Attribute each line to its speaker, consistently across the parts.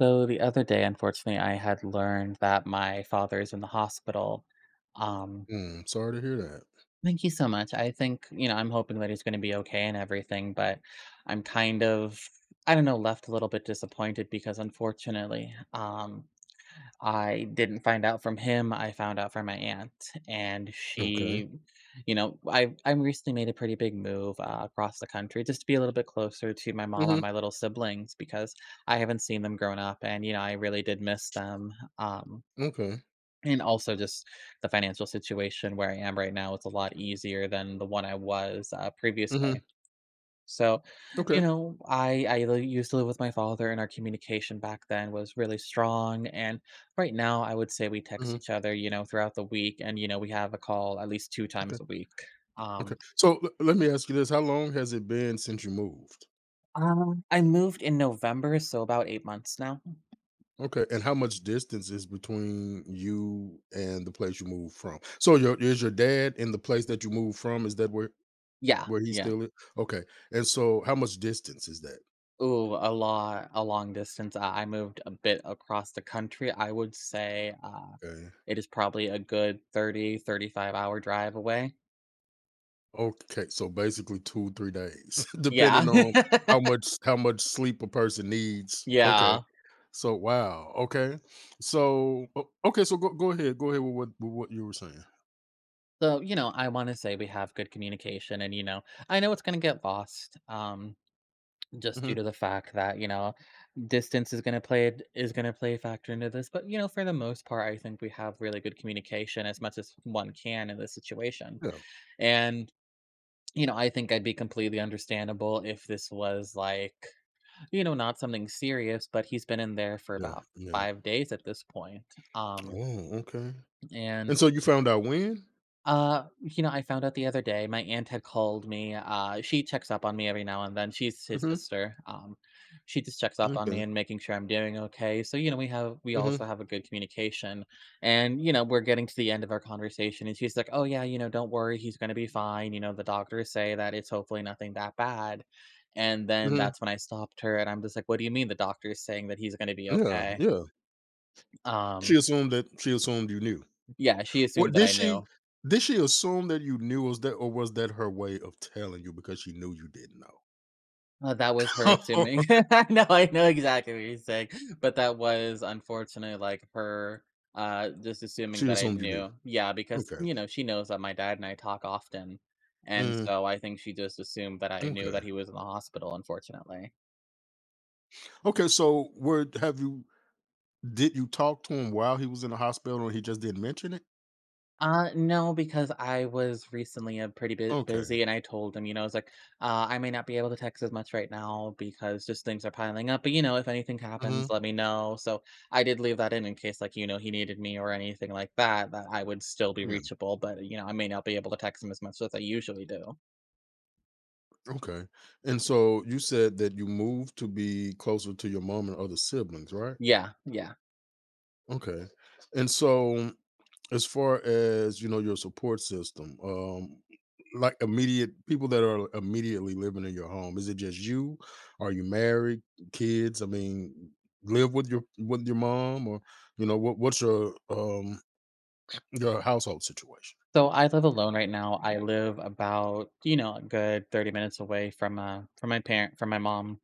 Speaker 1: So the other day, unfortunately, I had learned that my father is in the hospital. Um,
Speaker 2: Sorry to hear that.
Speaker 1: Thank you so much. I think I'm hoping that he's going to be okay and everything, but I'm kind of, I don't know, left a little bit disappointed because unfortunately, I didn't find out from him, I found out from my aunt, and
Speaker 2: Okay.
Speaker 1: she you know, I recently made a pretty big move, across the country just to be a little bit closer to my mom
Speaker 2: Mhm.
Speaker 1: and my little siblings because I haven't seen them grown up and I really did miss them, um,
Speaker 2: Okay.
Speaker 1: and also just the financial situation where I am right now is a lot easier than the one I was,
Speaker 2: Mhm.
Speaker 1: previously. So, you
Speaker 2: Okay.
Speaker 1: know, I li used to live with my father, and our communication back then was really strong, and right now, I would say we text
Speaker 2: Mhm.
Speaker 1: each other throughout the week, and we have a call at least 2
Speaker 2: Okay.
Speaker 1: times a week.
Speaker 2: Okay.
Speaker 1: Um,
Speaker 2: So le let me ask you this, how long has it been since you moved?
Speaker 1: I moved in November, so about 8 months now.
Speaker 2: Okay, and how much distance is between you and the place you moved from? So your is your dad in the place that you moved from, is that where
Speaker 1: Yeah,
Speaker 2: where he
Speaker 1: yeah.
Speaker 2: still is? Okay, and so how much distance is that?
Speaker 1: Ooh, a lot a long distance. I moved a bit across the country. I would say,
Speaker 2: Okay.
Speaker 1: it is probably a good 30-35 hour drive away.
Speaker 2: Okay, so basically 2, 3 days,
Speaker 1: Yeah.
Speaker 2: depending on how much how much sleep a person needs. Okay.
Speaker 1: Yeah.
Speaker 2: So wow, okay. So okay, so go ahead with what you were saying.
Speaker 1: So I want to say we have good communication, and I know it's going to get lost just
Speaker 2: Hmm.
Speaker 1: due to the fact that distance is going to play is going to play a factor into this, but for the most part I think we have really good communication as much as one can in this situation.
Speaker 2: Yeah,
Speaker 1: And I think I'd be completely understandable if this was like not something serious, but he's been in there for
Speaker 2: yeah,
Speaker 1: about
Speaker 2: yeah.
Speaker 1: 5 days at this point. Um
Speaker 2: Oh, okay.
Speaker 1: and
Speaker 2: And so you found out when?
Speaker 1: I found out the other day, my aunt had called me, she checks up on me every now and then, she's his
Speaker 2: Hmm.
Speaker 1: sister, she just checks up on
Speaker 2: Okay.
Speaker 1: me and making sure I'm doing okay, so we have we
Speaker 2: Hmm.
Speaker 1: also have a good communication, and we're getting to the end of our conversation, and she's like, "Oh, yeah, you know, don't worry, he's gonna be fine, you know, the doctors say that it's hopefully nothing that bad," and then
Speaker 2: Hmm.
Speaker 1: that's when I stopped her, and I'm just like, "What do you mean the doctor's saying that he's gonna be
Speaker 2: Yeah,
Speaker 1: okay?"
Speaker 2: yeah.
Speaker 1: Um,
Speaker 2: She assumed you knew.
Speaker 1: yeah, she
Speaker 2: What
Speaker 1: assumed that
Speaker 2: did
Speaker 1: I
Speaker 2: she?
Speaker 1: knew.
Speaker 2: Did she assume that you knew? Was that her way of telling you because she knew you didn't know?
Speaker 1: Oh, that was her assuming. I know exactly what you're saying, but that was unfortunately, like, her, just assuming
Speaker 2: She
Speaker 1: that I
Speaker 2: assumed you knew.
Speaker 1: knew. Yeah, because
Speaker 2: Okay.
Speaker 1: she knows that my dad and I talk often, and
Speaker 2: Mm,
Speaker 1: so I think she just assumed that I knew
Speaker 2: okay.
Speaker 1: that he was in the hospital, unfortunately.
Speaker 2: Okay. So where have you? Did you talk to him while he was in the hospital, or he just didn't mention it?
Speaker 1: No, because I was recently a pretty bit
Speaker 2: Okay.
Speaker 1: busy and I told him I was like, I may not be able to text as much right now because just things are piling up. But if anything happens,
Speaker 2: Mhm.
Speaker 1: let me know. So I did leave that in case, like he needed me or anything like that, that I would still be
Speaker 2: Yeah.
Speaker 1: reachable. But I may not be able to text him as much as I usually do.
Speaker 2: Okay. And so you said that you moved to be closer to your mom and other siblings, right?
Speaker 1: Yeah, yeah.
Speaker 2: Okay. And so, as far as, your support system, like immediate people that are immediately living in your home, is it just you? Are you married, kids? I mean, live with your mom, or what's your household situation?
Speaker 1: So I live alone right now. I live about a good 30 minutes away from my mom,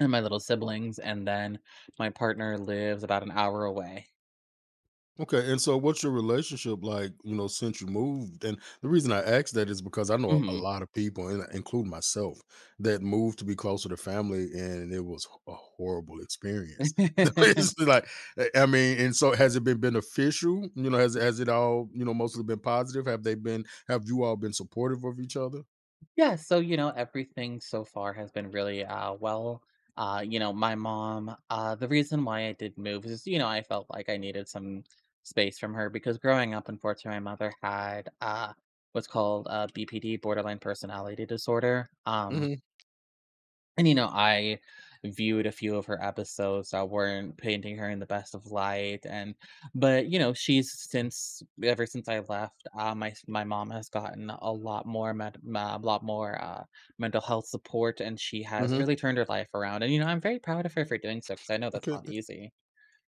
Speaker 1: and my little siblings, and then my partner lives about an hour away.
Speaker 2: Okay, and so what's your relationship like, since you moved? And the reason I ask that is because I know a
Speaker 1: Mhm.
Speaker 2: lot of people, and including myself, that moved to be closer to family, and it was a horrible experience. It's like, I mean, and so has it been beneficial? Has it all, mostly been positive? Have they been? Have you all been supportive of each other?
Speaker 1: Yeah, so everything so far has been really, well. You know, my mom The reason why I did move is I felt like I needed some space from her because growing up, unfortunately, my mother had, what's called, BPD, borderline personality disorder.
Speaker 2: Hmm.
Speaker 1: And I viewed a few of her episodes that weren't painting her in the best of light. And but you know she's
Speaker 2: Okay.
Speaker 1: since ever since I left, my mom has gotten a lot more, mental health support, and she has
Speaker 2: Hmm.
Speaker 1: really turned her life around, and I'm very proud of her for doing so because I know that's
Speaker 2: Okay.
Speaker 1: not easy.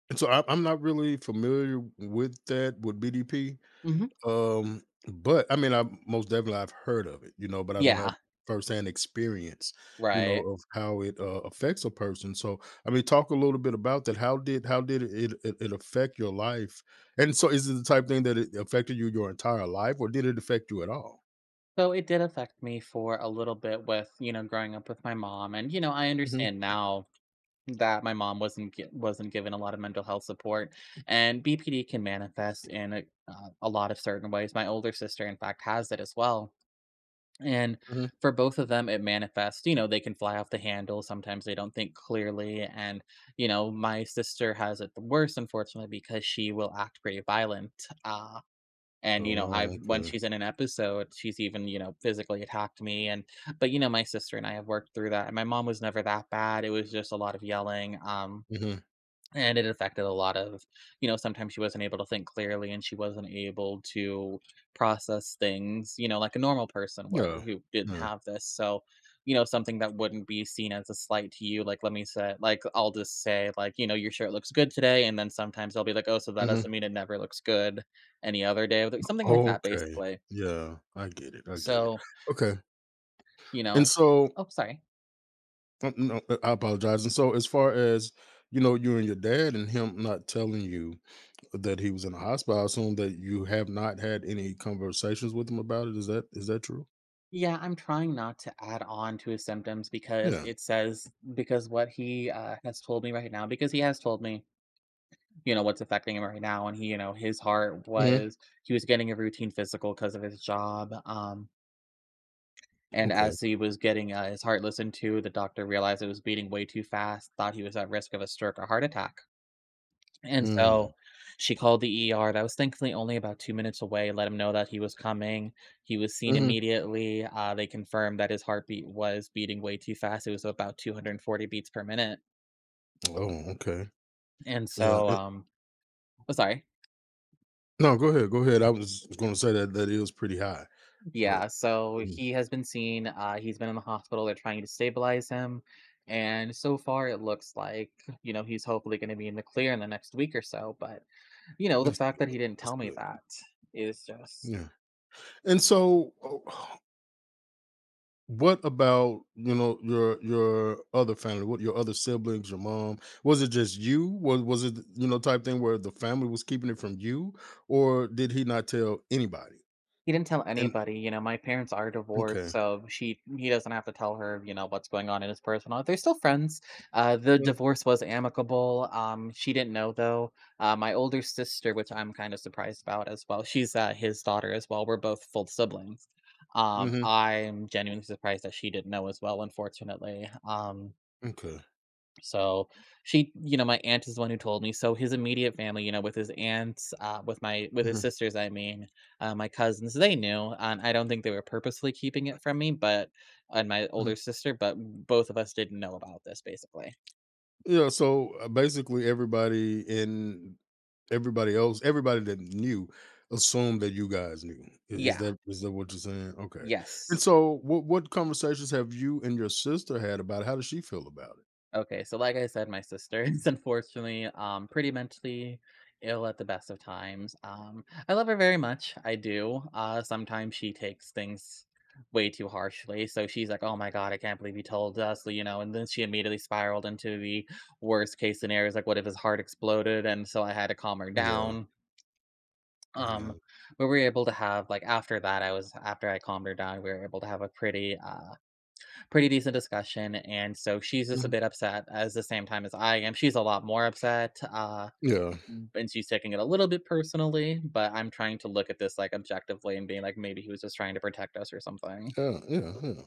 Speaker 2: And so I'm not really familiar with BDP.
Speaker 1: Hmm.
Speaker 2: But I mean, I most definitely I've heard of it, but I don't have
Speaker 1: Yeah.
Speaker 2: firsthand experience,
Speaker 1: Right.
Speaker 2: of how it affects a person. So, I mean, talk a little bit about that. How did it affect your life? And so, is it the type thing that it affected you your entire life, or did it affect you at all?
Speaker 1: So it did affect me for a little bit with, growing up with my mom, and I
Speaker 2: Hmm.
Speaker 1: understand now that my mom wasn't given a lot of mental health support, and BPD can manifest in a lot of certain ways. My older sister in fact has it as well. And
Speaker 2: Hmm.
Speaker 1: for both of them it manifests they can fly off the handle, sometimes they don't think clearly, and my sister has it the worst unfortunately because she will act very violent. Uh and
Speaker 2: Oh,
Speaker 1: I've when
Speaker 2: okay.
Speaker 1: she's in an episode, she's even physically attacked me. And but you know my sister and I have worked through that, and my mom was never that bad, it was just a lot of yelling.
Speaker 2: Hmm.
Speaker 1: And it affected a lot of, sometimes she wasn't able to think clearly, and she wasn't able to process things, like a normal person would
Speaker 2: Yeah.
Speaker 1: who didn't
Speaker 2: Yeah.
Speaker 1: have this. So something that wouldn't be seen as a slight to you, like, let me say like I'll just say, like, your shirt looks good today, and then sometimes I'll be like, oh, so that
Speaker 2: Hmm.
Speaker 1: doesn't mean it never looks good any other day something like that
Speaker 2: Okay.
Speaker 1: basically.
Speaker 2: Yeah, I get it. I get it.
Speaker 1: So
Speaker 2: Okay.
Speaker 1: you
Speaker 2: And
Speaker 1: know
Speaker 2: so
Speaker 1: oh, sorry.
Speaker 2: No, I apologize. And so, as far as you and your dad and him not telling you that he was in the hospital, I assume that you have not had any conversations with him about it. Is that true?
Speaker 1: Yeah, I'm trying not to add on to his symptoms because
Speaker 2: Yeah.
Speaker 1: it says because what he, has told me right now, because he has told me what's affecting him right now, and he, you know, his heart
Speaker 2: Hmm.
Speaker 1: was he was getting a routine physical because of his job, and
Speaker 2: Okay.
Speaker 1: as he was getting, his heart listened to, the doctor realized it was beating way too fast, thought he was at risk of a stroke or heart attack. And
Speaker 2: Mm.
Speaker 1: so she called the ER that was thankfully only about 2 minutes away, let him know that he was coming. He was seen
Speaker 2: Hmm.
Speaker 1: immediately. They confirmed that his heartbeat was beating way too fast. It was about 240 beats per minute.
Speaker 2: Oh, okay.
Speaker 1: And
Speaker 2: Yeah.
Speaker 1: so, oh, sorry.
Speaker 2: No, go ahead. Go ahead. I was going to say that that is pretty high, but
Speaker 1: Yeah. So
Speaker 2: mm,
Speaker 1: he has been seen. He's been in the hospital. They're trying to stabilize him. And so far, it looks like he's hopefully going to be in the clear in the next week or so. But the
Speaker 2: that's
Speaker 1: fact that
Speaker 2: good.
Speaker 1: he didn't
Speaker 2: That's
Speaker 1: tell me
Speaker 2: good.
Speaker 1: that is just...
Speaker 2: Yeah. And so, uh, what about, your other family? What your other siblings, your mom? Was it just you? Was it, type thing where the family was keeping it from you? Or did he not tell anybody?
Speaker 1: He didn't tell
Speaker 2: And
Speaker 1: anybody my parents are divorced,
Speaker 2: okay.
Speaker 1: so she he doesn't have to tell her what's going on in his personal life. They're still friends. The
Speaker 2: Mm.
Speaker 1: divorce was amicable. She didn't know though. My older sister, which I'm kind of surprised about as well, she's, his daughter as well. We're both full siblings.
Speaker 2: Mm-hmm.
Speaker 1: I'm genuinely surprised that she didn't know as well, unfortunately. Um,
Speaker 2: Okay.
Speaker 1: so she, you know, my aunt is the one who told me. So his immediate family with his aunts, with his
Speaker 2: Hmm.
Speaker 1: sisters, I mean, my cousins, they knew, and I don't think they were purposely keeping it from me, but and my
Speaker 2: Hmm.
Speaker 1: older sister, but both of us didn't know about this basically.
Speaker 2: Yeah. So basically, everybody else, everybody that knew, assumed that you guys knew. Is
Speaker 1: Yeah.
Speaker 2: that is that what you're saying? Okay. And
Speaker 1: Yes.
Speaker 2: so, what conversations have you and your sister had about it? How does she feel about it?
Speaker 1: Okay, so like I said, my sister is unfortunately pretty mentally ill at the best of times. I love her very much. I do. Sometimes she takes things way too harshly. So she's like, "Oh my god, I can't believe he told us," and then she immediately spiraled into the worst case scenarios, like what if his heart exploded, and so I had to calm her
Speaker 2: Yeah.
Speaker 1: down.
Speaker 2: Yeah.
Speaker 1: Um but we were able to have, like, after that, I was after I calmed her down, we were able to have a pretty decent discussion. And so she's just a
Speaker 2: Mhm.
Speaker 1: bit upset as the same time as I am. She's a lot more upset.
Speaker 2: Yeah.
Speaker 1: And she's taking it a little bit personally, but I'm trying to look at this, like, objectively, and being like, maybe he was just trying to protect us or something.
Speaker 2: Yeah. Yeah. Yeah.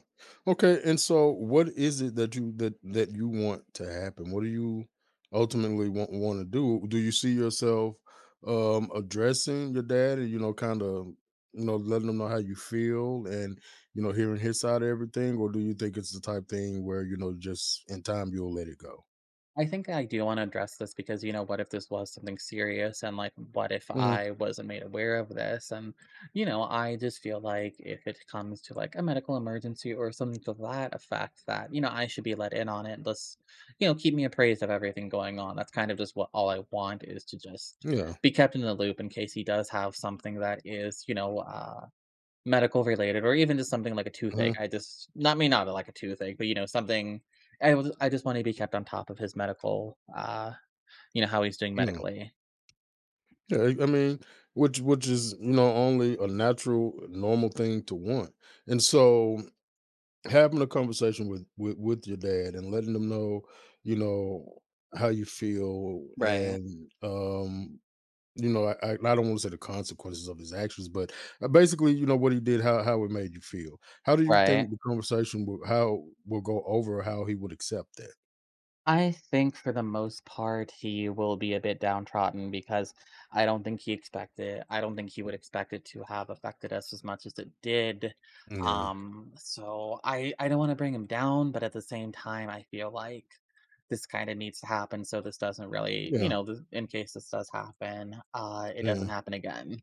Speaker 2: Okay. And so, what is it that you that that you want to happen? What do you ultimately want to do? Do you see yourself addressing your dad, and kind of, you know, letting him know how you feel, and, you know, hearing his side of everything? Or do you think it's the type thing where, you know, just in time you'll let it go?
Speaker 1: I think I do want to address this because what if this was something serious, and like what if
Speaker 2: Hmm.
Speaker 1: I wasn't made aware of this, and I just feel like if it comes to, like, a medical emergency or something to that effect, that I should be let in on it. Let's, keep me appraised of everything going on. That's kind of just what all I want is to just
Speaker 2: Yeah.
Speaker 1: be kept in the loop in case he does have something that is medical related, or even just something like a toothache.
Speaker 2: Hmm.
Speaker 1: I just... not me, not like a toothache, but something. I just wanna be kept on top of his medical, how he's doing
Speaker 2: Yeah.
Speaker 1: medically.
Speaker 2: Yeah. I mean, which is only a natural, normal thing to want. And so, having a conversation with your dad, and letting them know you know how you feel,
Speaker 1: Right.
Speaker 2: and I don't want to say the consequences of his actions, but basically what he did, how it made you feel. How do you think
Speaker 1: Right.
Speaker 2: the conversation will go over, how he would accept that?
Speaker 1: I think for the most part, he will be a bit downtrodden because I don't think he would expect it to have affected us as much as it did.
Speaker 2: Yeah,
Speaker 1: So I don't wanna bring him down, but at the same time, I feel like this kinda needs to happen so this doesn't really, you
Speaker 2: yeah,
Speaker 1: know, th in case this does happen, it doesn't
Speaker 2: yeah.
Speaker 1: happen again.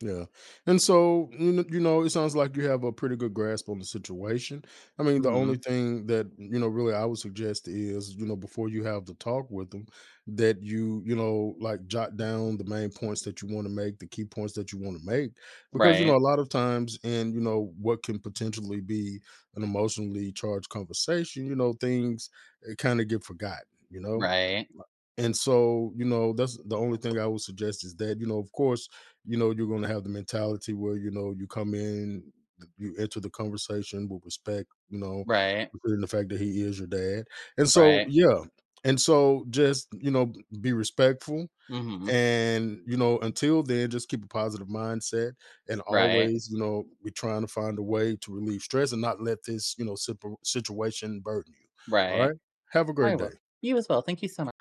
Speaker 2: Yeah. And so, you know, it sounds like you have a pretty good grasp on the situation. I mean, the only
Speaker 1: Mhm.
Speaker 2: thing that, really I would suggest is, before you have the talk with them, that you, like jot down the main points that you want to make, the key points that you want to make. Because,
Speaker 1: Right.
Speaker 2: a lot of times in, what can potentially be an emotionally charged conversation, things kind of get forgotten, you know?
Speaker 1: Right.
Speaker 2: And so that's the only thing I would suggest is that of course you're going to have the mentality where you come in you enter the conversation with respect,
Speaker 1: Right.
Speaker 2: considering the fact that he is your dad. And so,
Speaker 1: Right.
Speaker 2: yeah. And so, just be respectful,
Speaker 1: Mhm.
Speaker 2: and until then just keep a positive mindset, and
Speaker 1: Right.
Speaker 2: always be trying to find a way to relieve stress, and not let this situation burden you. All
Speaker 1: Right.
Speaker 2: right, have a great
Speaker 1: I
Speaker 2: day.
Speaker 1: will. You as well. Thank you so much.